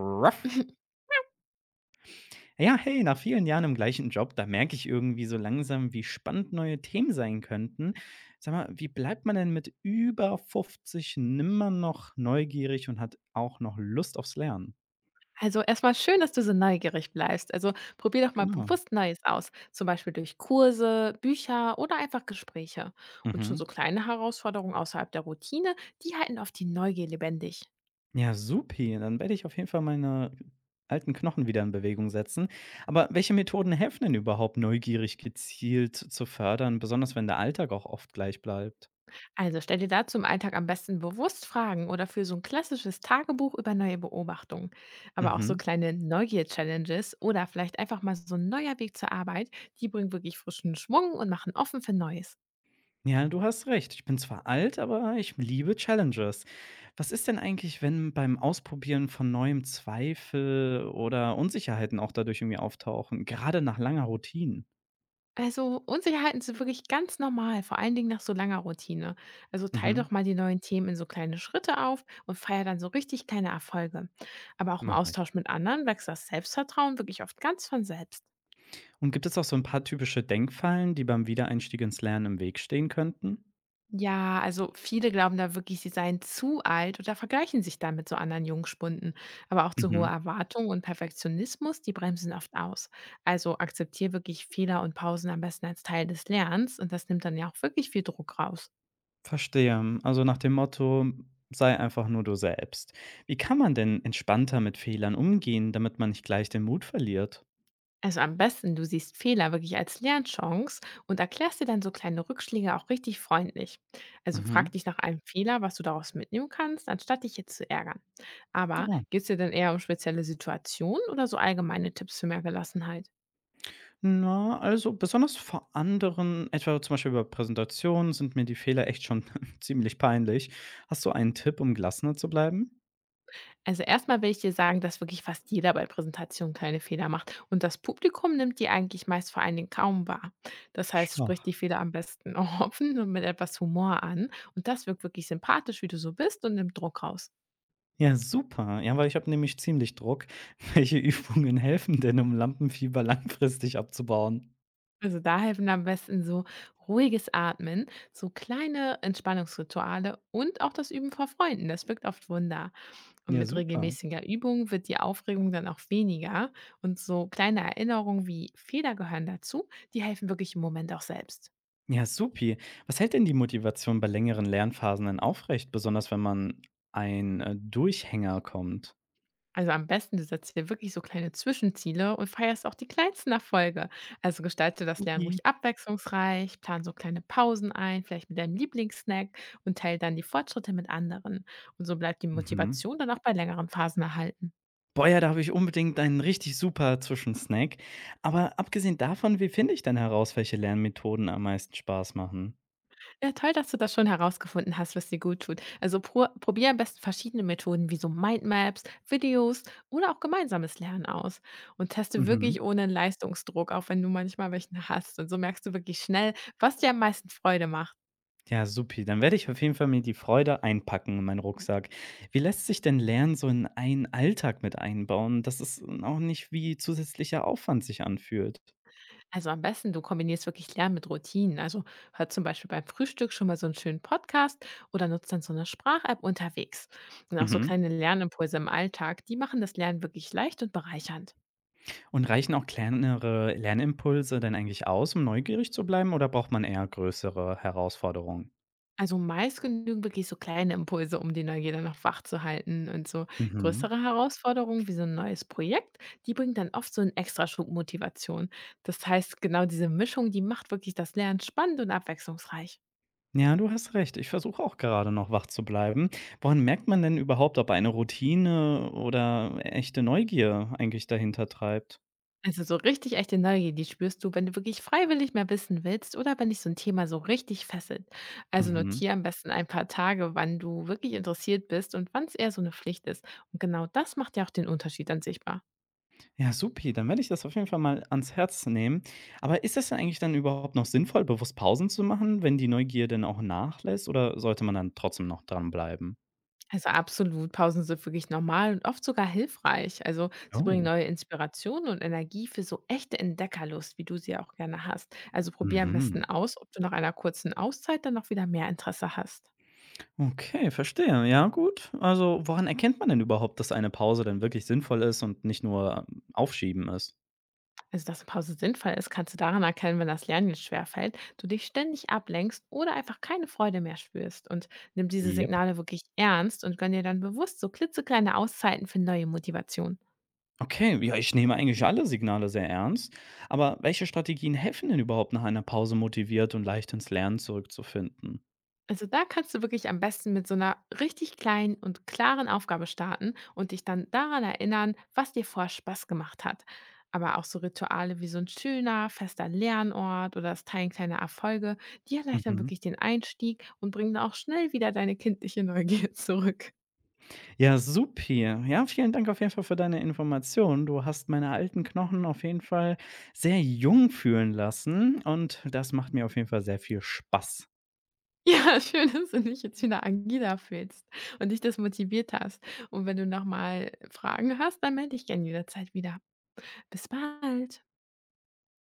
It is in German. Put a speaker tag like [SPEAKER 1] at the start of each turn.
[SPEAKER 1] Ruff. Ja, hey, nach vielen Jahren im gleichen Job, da merke ich irgendwie so langsam, wie spannend neue Themen sein könnten. Sag mal, wie bleibt man denn mit über 50 nimmer noch neugierig und hat auch noch Lust aufs Lernen?
[SPEAKER 2] Also erstmal schön, dass du so neugierig bleibst. Also probier doch mal
[SPEAKER 1] Genau.
[SPEAKER 2] bewusst Neues aus, zum Beispiel durch Kurse, Bücher oder einfach Gespräche. Und schon
[SPEAKER 1] Mhm.
[SPEAKER 2] so kleine Herausforderungen außerhalb der Routine, die halten oft die Neugier lebendig.
[SPEAKER 1] Ja, supi. Dann werde ich auf jeden Fall meine alten Knochen wieder in Bewegung setzen. Aber welche Methoden helfen denn überhaupt, neugierig gezielt zu fördern, besonders wenn der Alltag auch oft gleich bleibt?
[SPEAKER 2] Also stell dir dazu im Alltag am besten bewusst Fragen oder für so ein klassisches Tagebuch über neue Beobachtungen. Aber auch so
[SPEAKER 1] Mhm.
[SPEAKER 2] kleine Neugier-Challenges oder vielleicht einfach mal so ein neuer Weg zur Arbeit, die bringen wirklich frischen Schwung und machen offen für Neues.
[SPEAKER 1] Ja, du hast recht. Ich bin zwar alt, aber ich liebe Challenges. Was ist denn eigentlich, wenn beim Ausprobieren von neuem Zweifel oder Unsicherheiten auch dadurch irgendwie auftauchen, gerade nach langer Routine?
[SPEAKER 2] Also, Unsicherheiten sind wirklich ganz normal, vor allen Dingen nach so langer Routine. Also teile
[SPEAKER 1] Mhm,
[SPEAKER 2] doch mal die neuen Themen in so kleine Schritte auf und feier dann so richtig kleine Erfolge. Aber auch im
[SPEAKER 1] mache ich.
[SPEAKER 2] Austausch mit anderen wächst das Selbstvertrauen wirklich oft ganz von selbst.
[SPEAKER 1] Und gibt es auch so ein paar typische Denkfallen, die beim Wiedereinstieg ins Lernen im Weg stehen könnten?
[SPEAKER 2] Ja, also viele glauben da wirklich, sie seien zu alt oder vergleichen sich dann mit so anderen Jungspunden. Aber auch zu hohe
[SPEAKER 1] Mhm,
[SPEAKER 2] Erwartungen und Perfektionismus, die bremsen oft aus. Also akzeptiere wirklich Fehler und Pausen am besten als Teil des Lernens und das nimmt dann ja auch wirklich viel Druck raus.
[SPEAKER 1] verstehe. Also nach dem Motto, sei einfach nur du selbst. Wie kann man denn entspannter mit Fehlern umgehen, damit man nicht gleich den Mut verliert?
[SPEAKER 2] Also am besten, du siehst Fehler wirklich als Lernchance und erklärst dir dann so kleine Rückschläge auch richtig freundlich. Also frag
[SPEAKER 1] Mhm.
[SPEAKER 2] dich nach einem Fehler, was du daraus mitnehmen kannst, anstatt dich jetzt zu ärgern. Aber
[SPEAKER 1] Ja.
[SPEAKER 2] geht's dir denn eher um spezielle Situationen oder so allgemeine Tipps für mehr Gelassenheit?
[SPEAKER 1] Na, also besonders vor anderen, etwa zum Beispiel bei Präsentationen, sind mir die Fehler echt schon ziemlich peinlich. Hast du einen Tipp, um gelassener zu bleiben?
[SPEAKER 2] Also erstmal will ich dir sagen, dass wirklich fast jeder bei Präsentationen kleine Fehler macht und das Publikum nimmt die eigentlich meist vor allen Dingen kaum wahr. Das heißt, sprich
[SPEAKER 1] Schwach.
[SPEAKER 2] die Fehler am besten offen und mit etwas Humor an und das wirkt wirklich sympathisch, wie du so bist und nimmt Druck raus.
[SPEAKER 1] Ja, super. Ja, weil ich habe nämlich ziemlich Druck. Welche Übungen helfen denn, um Lampenfieber langfristig abzubauen?
[SPEAKER 2] Also da helfen am besten so ruhiges Atmen, so kleine Entspannungsrituale und auch das Üben vor Freunden. Das wirkt oft Wunder. Und
[SPEAKER 1] Ja,
[SPEAKER 2] mit
[SPEAKER 1] super.
[SPEAKER 2] regelmäßiger Übung wird die Aufregung dann auch weniger. Und so kleine Erinnerungen wie Fehler gehören dazu, die helfen wirklich im Moment auch selbst.
[SPEAKER 1] Ja, supi. Was hält denn die Motivation bei längeren Lernphasen denn aufrecht, besonders wenn man ein Durchhänger kommt?
[SPEAKER 2] Also am besten, du setzt dir wirklich so kleine Zwischenziele und feierst auch die kleinsten Erfolge. Also gestalte das Lernen
[SPEAKER 1] Supi.
[SPEAKER 2] ruhig abwechslungsreich, plan so kleine Pausen ein, vielleicht mit deinem Lieblingssnack und teile dann die Fortschritte mit anderen. Und so bleibt die
[SPEAKER 1] Mhm.
[SPEAKER 2] Motivation dann auch bei längeren Phasen erhalten.
[SPEAKER 1] Boah, ja, da habe ich unbedingt einen richtig super Zwischensnack. Aber abgesehen davon, wie finde ich denn heraus, welche Lernmethoden am meisten Spaß machen?
[SPEAKER 2] Ja, toll, dass du das schon herausgefunden hast, was dir gut tut. Also probier am besten verschiedene Methoden wie so Mindmaps, Videos oder auch gemeinsames Lernen aus und teste
[SPEAKER 1] Mhm.
[SPEAKER 2] wirklich ohne Leistungsdruck, auch wenn du manchmal welchen hast. Und so merkst du wirklich schnell, was dir am meisten Freude macht.
[SPEAKER 1] Ja, supi. Dann werde ich auf jeden Fall mir die Freude einpacken in meinen Rucksack. Wie lässt sich denn Lernen so in einen Alltag mit einbauen, dass es auch nicht wie zusätzlicher Aufwand sich anfühlt?
[SPEAKER 2] Also am besten, du kombinierst wirklich Lernen mit Routinen. Also hör zum Beispiel beim Frühstück schon mal so einen schönen Podcast oder nutzt dann so eine Sprach-App unterwegs. Und auch so
[SPEAKER 1] Mhm.
[SPEAKER 2] kleine Lernimpulse im Alltag, die machen das Lernen wirklich leicht und bereichernd.
[SPEAKER 1] Und reichen auch kleinere Lernimpulse denn eigentlich aus, um neugierig zu bleiben, oder braucht man eher größere Herausforderungen?
[SPEAKER 2] Also meist genügen wirklich so kleine Impulse, um die Neugier dann noch wach zu halten. Und so
[SPEAKER 1] Mhm.
[SPEAKER 2] größere Herausforderungen wie so ein neues Projekt, die bringt dann oft so einen Extraschub Motivation. Das heißt, genau diese Mischung, die macht wirklich das Lernen spannend und abwechslungsreich.
[SPEAKER 1] Ja, du hast recht. Ich versuche auch gerade noch wach zu bleiben. Woran merkt man denn überhaupt, ob eine Routine oder echte Neugier eigentlich dahinter treibt?
[SPEAKER 2] Also so richtig echte Neugier, die spürst du, wenn du wirklich freiwillig mehr wissen willst oder wenn dich so ein Thema so richtig fesselt. Also
[SPEAKER 1] Mhm.
[SPEAKER 2] notiere am besten ein paar Tage, wann du wirklich interessiert bist und wann es eher so eine Pflicht ist. Und genau das macht ja auch den Unterschied dann sichtbar.
[SPEAKER 1] Ja, supi, dann werde ich das auf jeden Fall mal ans Herz nehmen. Aber ist das denn eigentlich dann überhaupt noch sinnvoll, bewusst Pausen zu machen, wenn die Neugier denn auch nachlässt? Oder sollte man dann trotzdem noch dranbleiben?
[SPEAKER 2] Also absolut, Pausen sind wirklich normal und oft sogar hilfreich. Also sie bringen
[SPEAKER 1] Oh.
[SPEAKER 2] neue Inspirationen und Energie für so echte Entdeckerlust, wie du sie auch gerne hast. Also probier am
[SPEAKER 1] Mhm.
[SPEAKER 2] besten aus, ob du nach einer kurzen Auszeit dann noch wieder mehr Interesse hast.
[SPEAKER 1] Okay, verstehe. Ja, gut. Also, woran erkennt man denn überhaupt, dass eine Pause dann wirklich sinnvoll ist und nicht nur Aufschieben ist?
[SPEAKER 2] Also dass eine Pause sinnvoll ist, kannst du daran erkennen, wenn das Lernen jetzt schwerfällt, du dich ständig ablenkst oder einfach keine Freude mehr spürst. Und nimm diese
[SPEAKER 1] Ja.
[SPEAKER 2] Signale wirklich ernst und gönn dir dann bewusst so klitzekleine Auszeiten für neue Motivation.
[SPEAKER 1] Okay, ja, ich nehme eigentlich alle Signale sehr ernst. Aber welche Strategien helfen denn überhaupt nach einer Pause motiviert und leicht ins Lernen zurückzufinden?
[SPEAKER 2] Also da kannst du wirklich am besten mit so einer richtig kleinen und klaren Aufgabe starten und dich dann daran erinnern, was dir vorher Spaß gemacht hat. Aber auch so Rituale wie so ein schöner, fester Lernort oder das Teilen kleiner Erfolge, die erleichtern
[SPEAKER 1] Mhm.
[SPEAKER 2] wirklich den Einstieg und bringen auch schnell wieder deine kindliche Neugier zurück.
[SPEAKER 1] Ja, supi. Ja, vielen Dank auf jeden Fall für deine Informationen. Du hast meine alten Knochen auf jeden Fall sehr jung fühlen lassen und das macht mir auf jeden Fall sehr viel Spaß.
[SPEAKER 2] Ja, schön, dass du dich jetzt wieder agila fühlst und dich das motiviert hast. Und wenn du nochmal Fragen hast, dann melde dich gerne jederzeit wieder. Bis bald.